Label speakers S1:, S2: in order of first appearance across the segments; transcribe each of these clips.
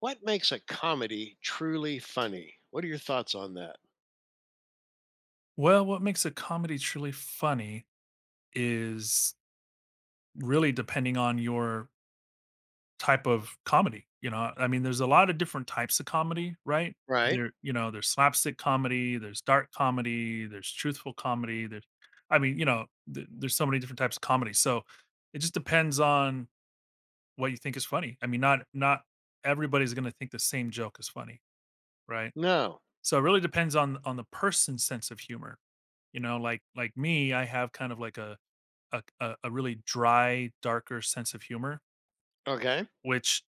S1: What makes a comedy truly funny? What are your thoughts on that?
S2: Well, what makes a comedy truly funny is really depending on your type of comedy. There's a lot of different types of comedy, right?
S1: Right?
S2: There's slapstick comedy, there's dark comedy, there's truthful comedy. There's, I mean, you know, th- There's so many different types of comedy. So it just depends on what you think is funny. I mean, not everybody's going to think the same joke is funny, right?
S1: No.
S2: So it really depends on the person's sense of humor. You know, like me, I have kind of like a really dry, darker sense of humor,
S1: Okay.
S2: which,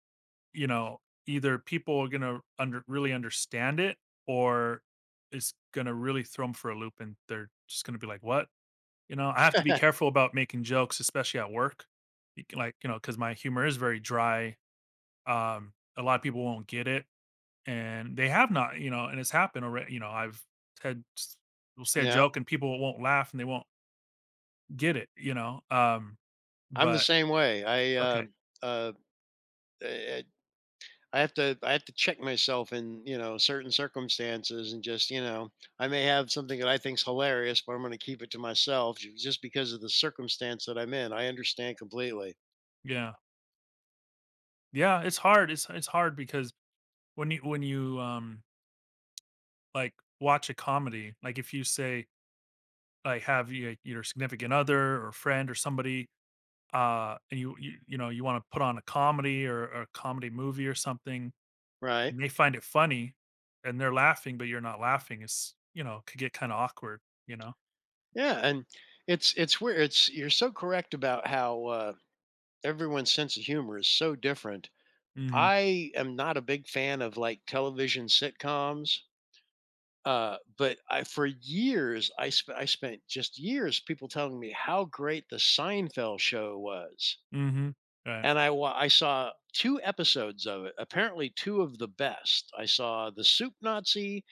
S2: you know, either people are gonna under really understand it or it's gonna really throw them for a loop and they're just gonna be like, "What?" You know, I have to be careful about making jokes, especially at work. You can like, you know, because my humor is very dry. A lot of people won't get it, and they have not, you know, and it's happened already. I've had s will say a
S1: Yeah.
S2: joke and people won't laugh and they won't get it. Um,
S1: I'm the
S2: but
S1: same way.
S2: okay.
S1: Uh, eh, eh, I have to check myself in, you know, certain circumstances, and just, you know, I may have something that I think's hilarious, but I'm going to keep it to myself just because of the circumstance that I'm in. I understand completely.
S2: Yeah. Yeah, it's hard. It's hard because when you like watch a comedy, like if you say like your significant other or friend or somebody and you know you want to put on a comedy or a comedy movie or something
S1: Right?
S2: and they find it funny and they're laughing but you're not laughing, it's, you know, could get kind of awkward, you know.
S1: Yeah. And it's weird. It's, you're so correct about how, everyone's sense of humor is so different.
S2: Mhm.
S1: I am not a big fan of like television sitcoms. But I, for years, I spent just years people telling me how great the Seinfeld show was,
S2: Mhm. Right.
S1: and I saw two episodes of it. Apparently, two of the best. I saw the Soup Nazi,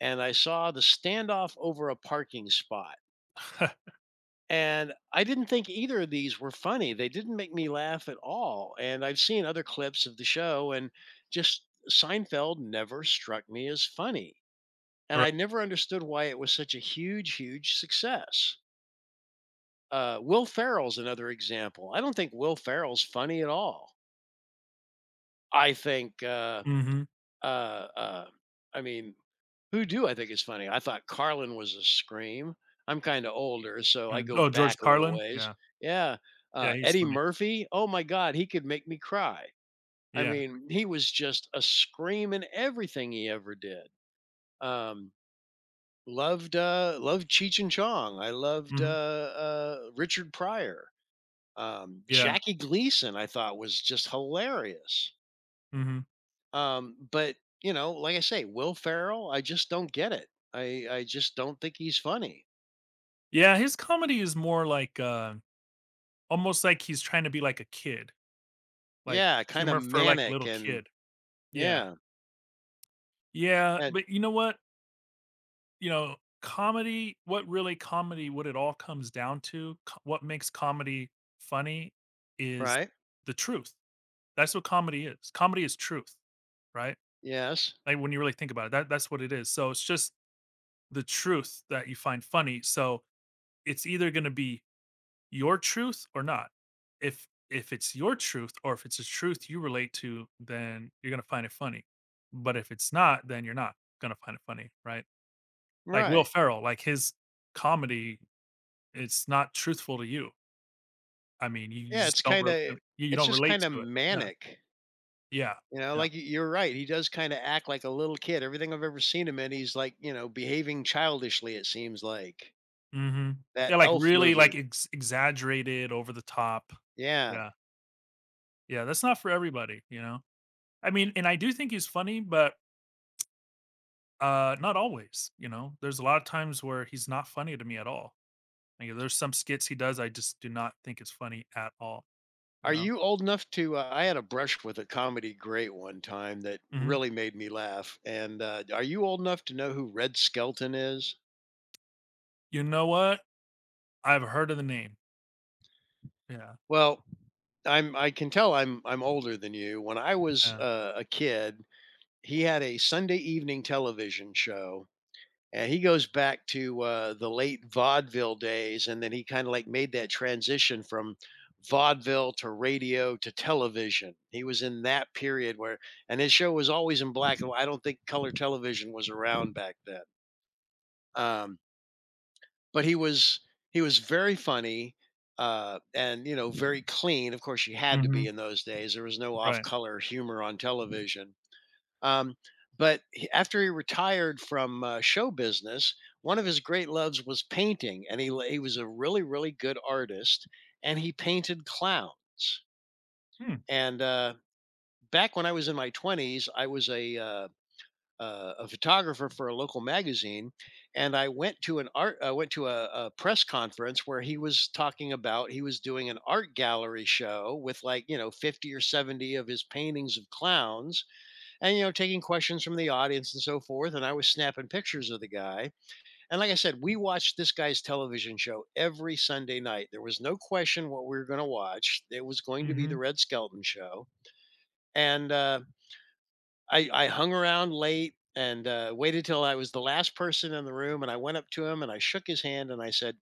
S1: and I saw the standoff over a parking spot. And I didn't think either of these were funny. They didn't make me laugh at all. And I've seen other clips of the show, and just Seinfeld never struck me as funny. And I
S2: Right.
S1: never understood why it was such a huge, huge success. Will Ferrell's another example. I don't think Will Ferrell's funny at all. I think
S2: Mhm.
S1: Uh, uh, I mean, Who-Do I think is funny. I thought Carlin was a scream. I'm kinda older, so I
S2: And,
S1: go
S2: oh, George
S1: back a little
S2: Carlin,
S1: ways.
S2: yeah.
S1: Yeah,
S2: Yeah, he's
S1: Eddie
S2: funny.
S1: Murphy, oh my God, he could make me cry. I
S2: Yeah.
S1: mean, he was just a scream in everything he ever did. Um, Loved, loved Cheech and Chong. I loved,
S2: Mhm.
S1: Richard Pryor.
S2: Yeah.
S1: Jackie Gleason I thought was just hilarious.
S2: Mhm.
S1: But you know, like I say, Will Ferrell, I just don't get it. I just don't think he's funny.
S2: Yeah, his comedy is more like, almost like he's trying to be like a kid, like
S1: Yeah, kind of
S2: humor for like a
S1: manic
S2: little
S1: and
S2: kid. Yeah.
S1: yeah,
S2: Yeah,
S1: and
S2: but you know what? You know, comedy what really comedy what it all comes down to, co what makes comedy funny is
S1: right,
S2: the truth. That's what comedy is. Comedy is truth, right?
S1: yes,
S2: Like, when you really think about it, that's what it is. So, it's just the truth that you find funny. So, it's either gonna be your truth or not. If it's your truth or if it's a truth you relate to, then you're gonna find it funny. But if it's not, then you're not gonna find it funny, right? Like Will
S1: right,
S2: Ferrell, like his comedy, it's not truthful to you. I mean, you
S1: yeah.
S2: just
S1: It's
S2: don't
S1: kind
S2: really
S1: of
S2: you
S1: it's
S2: don't
S1: just
S2: relate
S1: kind of
S2: to it. Yeah,
S1: manic.
S2: yeah,
S1: You know,
S2: yeah.
S1: like you're right. He does kind of act like a little kid. Everything I've ever seen him in, he's like, you know, behaving childishly. It seems like
S2: Mhm. Yeah,
S1: that
S2: like
S1: Elf
S2: really like
S1: movie.
S2: ex exaggerated, over the top.
S1: Yeah.
S2: Yeah, yeah, that's not for everybody, you know? I mean, and I do think he's funny, but uh, not always, you know? There's a lot of times where he's not funny to me at all. Like, there's some skits he does I just do not think it's funny at all, you
S1: Are
S2: know?
S1: you old enough to, I had a brush with a comedy great one time that
S2: Mhm.
S1: really made me laugh. And are you old enough to know who Red Skelton is?
S2: You know what? I've heard of the name. Yeah,
S1: Well, I can tell I'm older than you. When I was,
S2: yeah.
S1: a kid, he had a Sunday evening television show. And he goes back to, the late vaudeville days, and then he kind of like made that transition from vaudeville to radio to television. He was in that period where, and his show was always in black and white. I don't think color television was around back then. Um, but he was He was very funny, and you know, very clean. Of course, you had to be
S2: Mhm.
S1: in those days. There was no off
S2: Right.
S1: color humor on television. um, but after he retired from, show business, one of his great loves was painting, and he was a really, really good artist, and he painted clowns.
S2: Hmm.
S1: And back when I was in my twenties, I was a, a photographer for a local magazine, and I went to a press conference where he was talking about he was doing an art gallery show with, like, you know, 50 or 70 of his paintings of clowns, and, you know, taking questions from the audience and so forth. And I was snapping pictures of the guy, and like I said, we watched this guy's television show every Sunday night. There was no question what we were going to watch. It was going to be The
S2: Mhm.
S1: Red Skelton Show. And I hung around late and waited till I was the last person in the room, and I went up to him and I shook his hand and I said,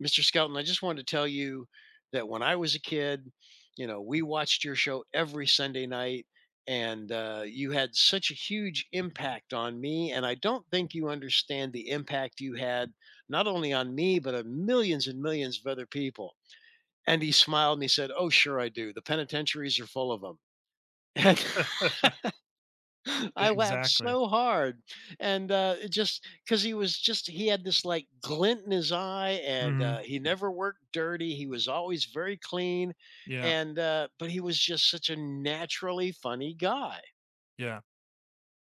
S1: Mr. Skelton, I just wanted to tell you that when I was a kid, you know, we watched your show every Sunday night, and you had such a huge impact on me. And I don't think you understand the impact you had, not only on me, but on millions and millions of other people. And he smiled and he said, Oh, sure, I do. The penitentiaries are full of them. And
S2: E
S1: I laughed
S2: exactly.
S1: so hard, and it just, because he was just, he had this like glint in his eye, and
S2: Mhm.
S1: he never worked dirty. He was always very clean,
S2: Yeah,
S1: and but he was just such a naturally funny guy.
S2: yeah.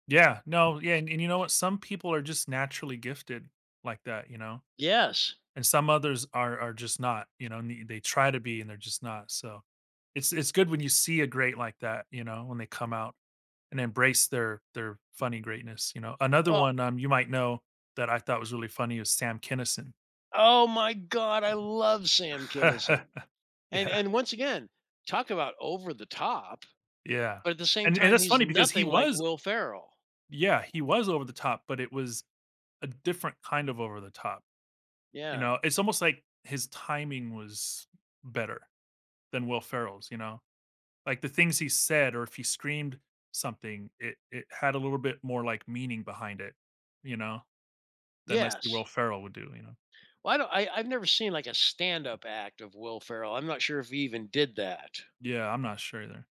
S2: Yeah, no, yeah, and you know what? Some people are just naturally gifted like that, you know?
S1: Yes.
S2: And some others are just not, you know? Ne They try to be, and they're just not, so it's good when you see a great like that, you know, when they come out and embrace their funny greatness, you know? Another
S1: Oh,
S2: one, you might know that I thought was really funny is Sam Kinison.
S1: oh my God, I love Sam Kinison,
S2: Yeah,
S1: and once again, talk about over the top,
S2: yeah.
S1: but at the same
S2: And
S1: time,
S2: that's
S1: he's
S2: funny because he
S1: nothing like
S2: was,
S1: Will Ferrell.
S2: yeah, he was over the top, but it was a different kind of over the top, you
S1: Yeah.
S2: know? It's almost like his timing was better than Will Ferrell's, you know? Like, the things he said or if he screamed something, it had a little bit more, like, meaning behind it, you know, than let's see, Will
S1: Yes.
S2: Ferrell would do, you know?
S1: Well, I don't I I've never seen, like, a stand-up act of Will Ferrell. I'm not sure if he even did that.
S2: Yeah, I'm not sure either.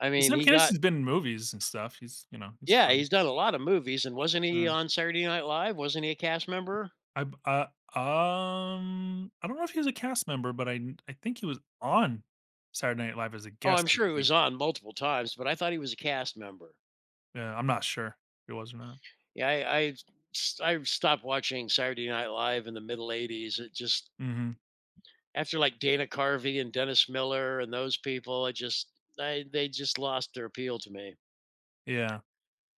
S1: I mean,
S2: Sam
S1: he got,
S2: Kinnison's been in movies and stuff. He's, you know, he's
S1: yeah,
S2: funny.
S1: he's done a lot of movies, and wasn't he
S2: Uh,
S1: on Saturday Night Live? Wasn't he a cast member?
S2: I b uh, I don't know if he was a cast member, but I think he was on Saturday Night Live as a
S1: Oh, I'm
S2: guest, I
S1: sure he
S2: think.
S1: was on multiple times, but I thought he was a cast member.
S2: Yeah, I'm not sure if he was or not.
S1: Yeah, I stopped watching Saturday Night Live in the middle '80s. It just,
S2: Mhm.
S1: after, like, Dana Carvey and Dennis Miller and those people, I just, I they just lost their appeal to me.
S2: Yeah.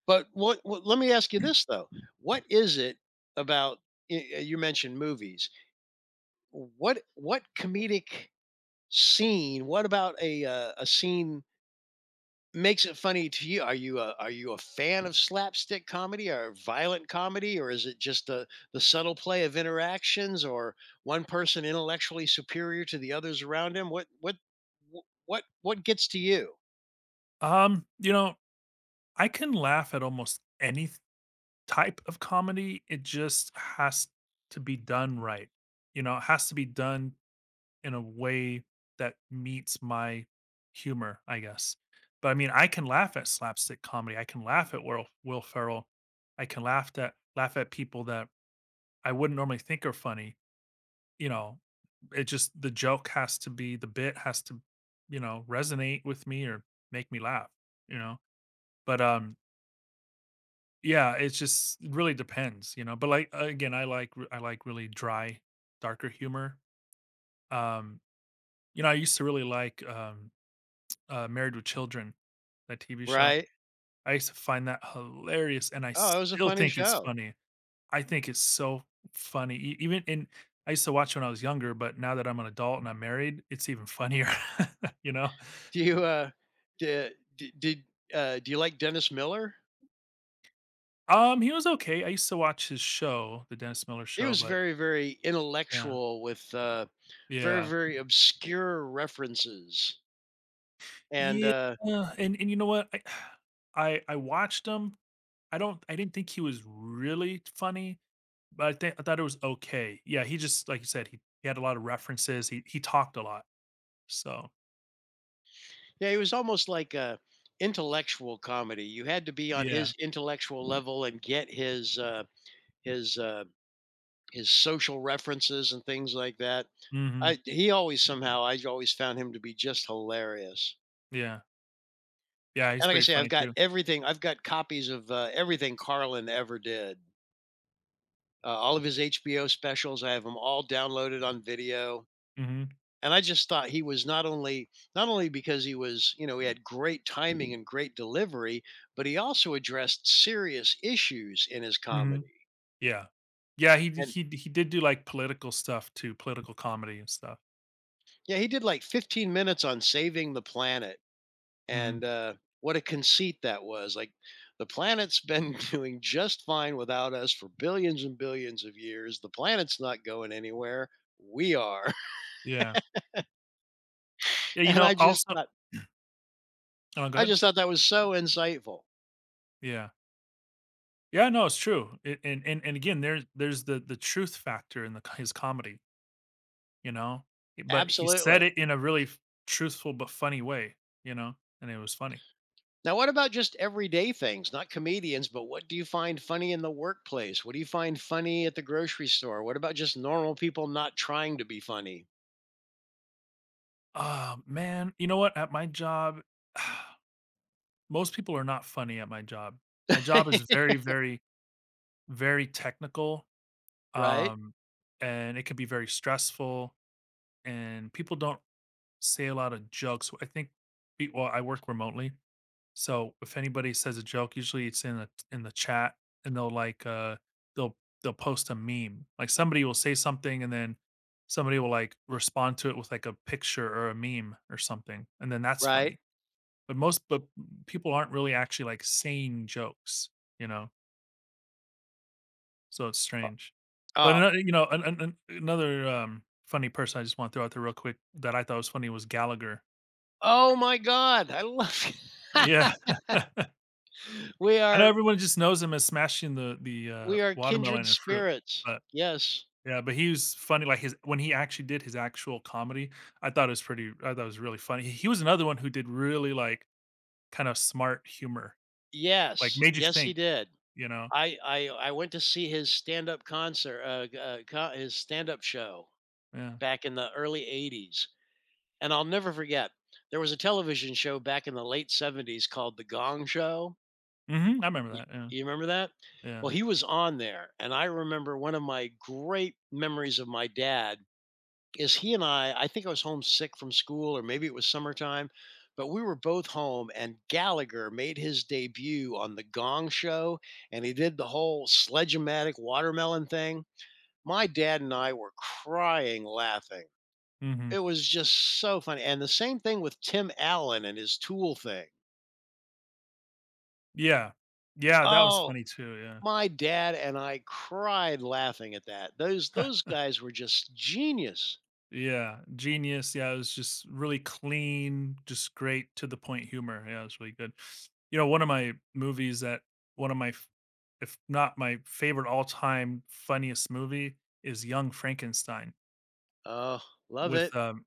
S1: But what let me ask you this though. What is it about, y y you mentioned movies. What comedic scene, what about a scene makes it funny to you? Are you a, are you a fan of slapstick comedy or violent comedy, or is it just the subtle play of interactions or one person intellectually superior to the others around him? What wh what gets to you?
S2: You know, I can laugh at almost any th type of comedy. It just has to be done right. You know, it has to be done in a way that meets my humor, I guess. But I mean, I can laugh at slapstick comedy. I can laugh at Will Ferrell. I can laugh at people that I wouldn't normally think are funny. You know, it just the joke has to be, the bit has to, you know, resonate with me or make me laugh. You know, but yeah, it's just it really depends. You know, but like again, I like I like really dry, darker humor. Um, you know, I used to really like Married with Children, that TV show.
S1: Right.
S2: I used to find that hilarious, and I
S1: Oh, it was a
S2: still
S1: funny
S2: think it's
S1: show.
S2: funny. I think it's so funny. E Even in, I used to watch when I was younger, but now that I'm an adult and I'm married, it's even funnier, you know?
S1: Do you, did did, do you like Dennis Miller?
S2: He was okay. I used to watch his show, the Dennis Miller
S1: He
S2: Show,
S1: was
S2: but
S1: very, very
S2: yeah,
S1: intellectual, with, very,
S2: yeah,
S1: very obscure references, and,
S2: yeah. And you know what? I I watched him, I don't, I didn't think he was really funny, but I think I thought it was okay. Yeah, he just like you said, he had a lot of references. He talked a lot. So
S1: yeah, he was almost like a intellectual comedy. You had to be on
S2: yeah.
S1: his intellectual level and get his, uh his social references and things like that.
S2: Mhm.
S1: I He always somehow, I always found him to be just hilarious.
S2: Yeah. Yeah, he's
S1: And like I
S2: pretty
S1: say,
S2: funny too.
S1: I've got copies of, everything Carlin ever did. All of his HBO specials, I have them all downloaded on video,
S2: Mhm.
S1: and I just thought he was, not only because he was, you know, he had great timing and great delivery, but he also addressed serious issues in his
S2: Mhm.
S1: comedy.
S2: Yeah. Yeah,
S1: And
S2: he did do like political stuff too, political comedy and stuff.
S1: yeah, he did like 15 minutes on saving the planet,
S2: Mhm.
S1: and, what a conceit that was, like, "The planet's been doing just fine without us for billions and billions of years. The planet's not going anywhere. We are."
S2: Yeah. Yeah, you
S1: And
S2: know,
S1: I just
S2: also
S1: thought,
S2: oh, go
S1: I
S2: ahead.
S1: just thought that was so insightful.
S2: Yeah. Yeah, no, it's true. It, and again, there's the truth factor in the his comedy, you know? But he said
S1: Absolutely.
S2: it in a really f truthful but funny way, you know? And it was funny.
S1: Now, what about just everyday things, not comedians, but what do you find funny in the workplace? What do you find funny at the grocery store? What about just normal people not trying to be funny?
S2: Ah, man, you know what? At my job, most people are not funny at my job. My job is very, very, very technical,
S1: Right?
S2: um, and it can be very stressful, and people don't say a lot of jokes. I think be Well, I work remotely. So if anybody says a joke, usually it's in the chat, and they'll like they'll they'll post a meme. Like somebody will say something, and then somebody will like respond to it with like a picture or a meme or something, and then that's
S1: Right?
S2: funny. But people aren't really actually like saying jokes, you know. So it's strange. But
S1: Oh,
S2: another, another funny person I just want to throw out there real quick that I thought was funny was Gallagher.
S1: oh my God. I love
S2: Yeah.
S1: we
S2: I know
S1: are,
S2: everyone just knows him as smashing the
S1: we are
S2: watermelon
S1: kindred
S2: and fruit,
S1: spirits.
S2: but
S1: Yes.
S2: yeah, but he was funny, like, his when he actually did his actual comedy, I thought it was pretty I thought it was really funny. He was another one who did really, like, kind of smart humor, like,
S1: Yes.
S2: made you
S1: Yes, he
S2: think,
S1: did.
S2: you know?
S1: I went to see his stand-up concert, his stand-up show
S2: Yeah.
S1: back in the early 80s. And I'll never forget, there was a television show back in the late 70s called The Gong Show.
S2: Mhm, I remember
S1: Y-
S2: that, yeah,
S1: You remember that?
S2: yeah.
S1: Well, he was on there. And I remember one of my great memories of my dad is he and I think I was homesick from school, or maybe it was summertime, but we were both home, and Gallagher made his debut on The Gong Show, and he did the whole sledge-o-matic watermelon thing. My dad and I were crying laughing.
S2: Mhm.
S1: It was just so funny, and the same thing with Tim Allen and his Tool thing.
S2: Yeah. Yeah, that was
S1: Oh,
S2: funny too, yeah.
S1: my dad and I cried laughing at that. Those guys were just genius.
S2: Yeah, genius. Yeah, it was just really clean, just great to the point humor. Yeah, it was really good. You know, one of my movies that one of my, f- if not my favorite all time funniest movie is Young Frankenstein
S1: Oh, love
S2: with,
S1: it.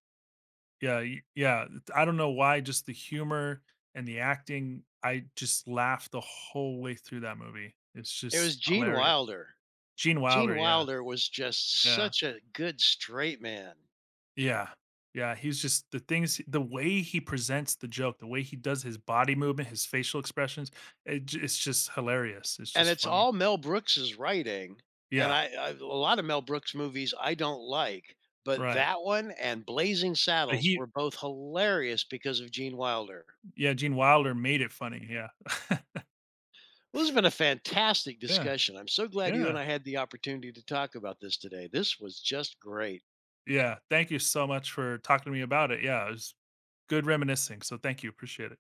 S2: yeah, yeah. I don't know why, just the humor and the acting. I just laughed the whole way through that movie. It's
S1: It was
S2: just
S1: Gene
S2: hilarious.
S1: Wilder.
S2: Gene
S1: Gene
S2: Wilder. Yeah.
S1: Wilder was just
S2: Yeah.
S1: such a good straight man,
S2: Yeah. Yeah, he's just the things, the way he presents the joke, the way he does his body movement, his facial expressions, it's just hilarious. It's
S1: and
S2: just
S1: it's
S2: funny.
S1: all Mel Brooks's writing, and
S2: Yeah,
S1: I a lot of Mel Brooks movies I don't like, but
S2: right.
S1: that one and Blazing
S2: But
S1: Saddles
S2: he
S1: were both hilarious because of Gene Wilder.
S2: Yeah, Gene Wilder made it funny, yeah.
S1: Well, this has been a fantastic
S2: Yeah,
S1: discussion. I'm so glad you
S2: yeah,
S1: and I had the opportunity to talk about this today. This was just great.
S2: yeah. Thank you so much for talking to me about it. Yeah, it was good reminiscing, so thank you, appreciate it.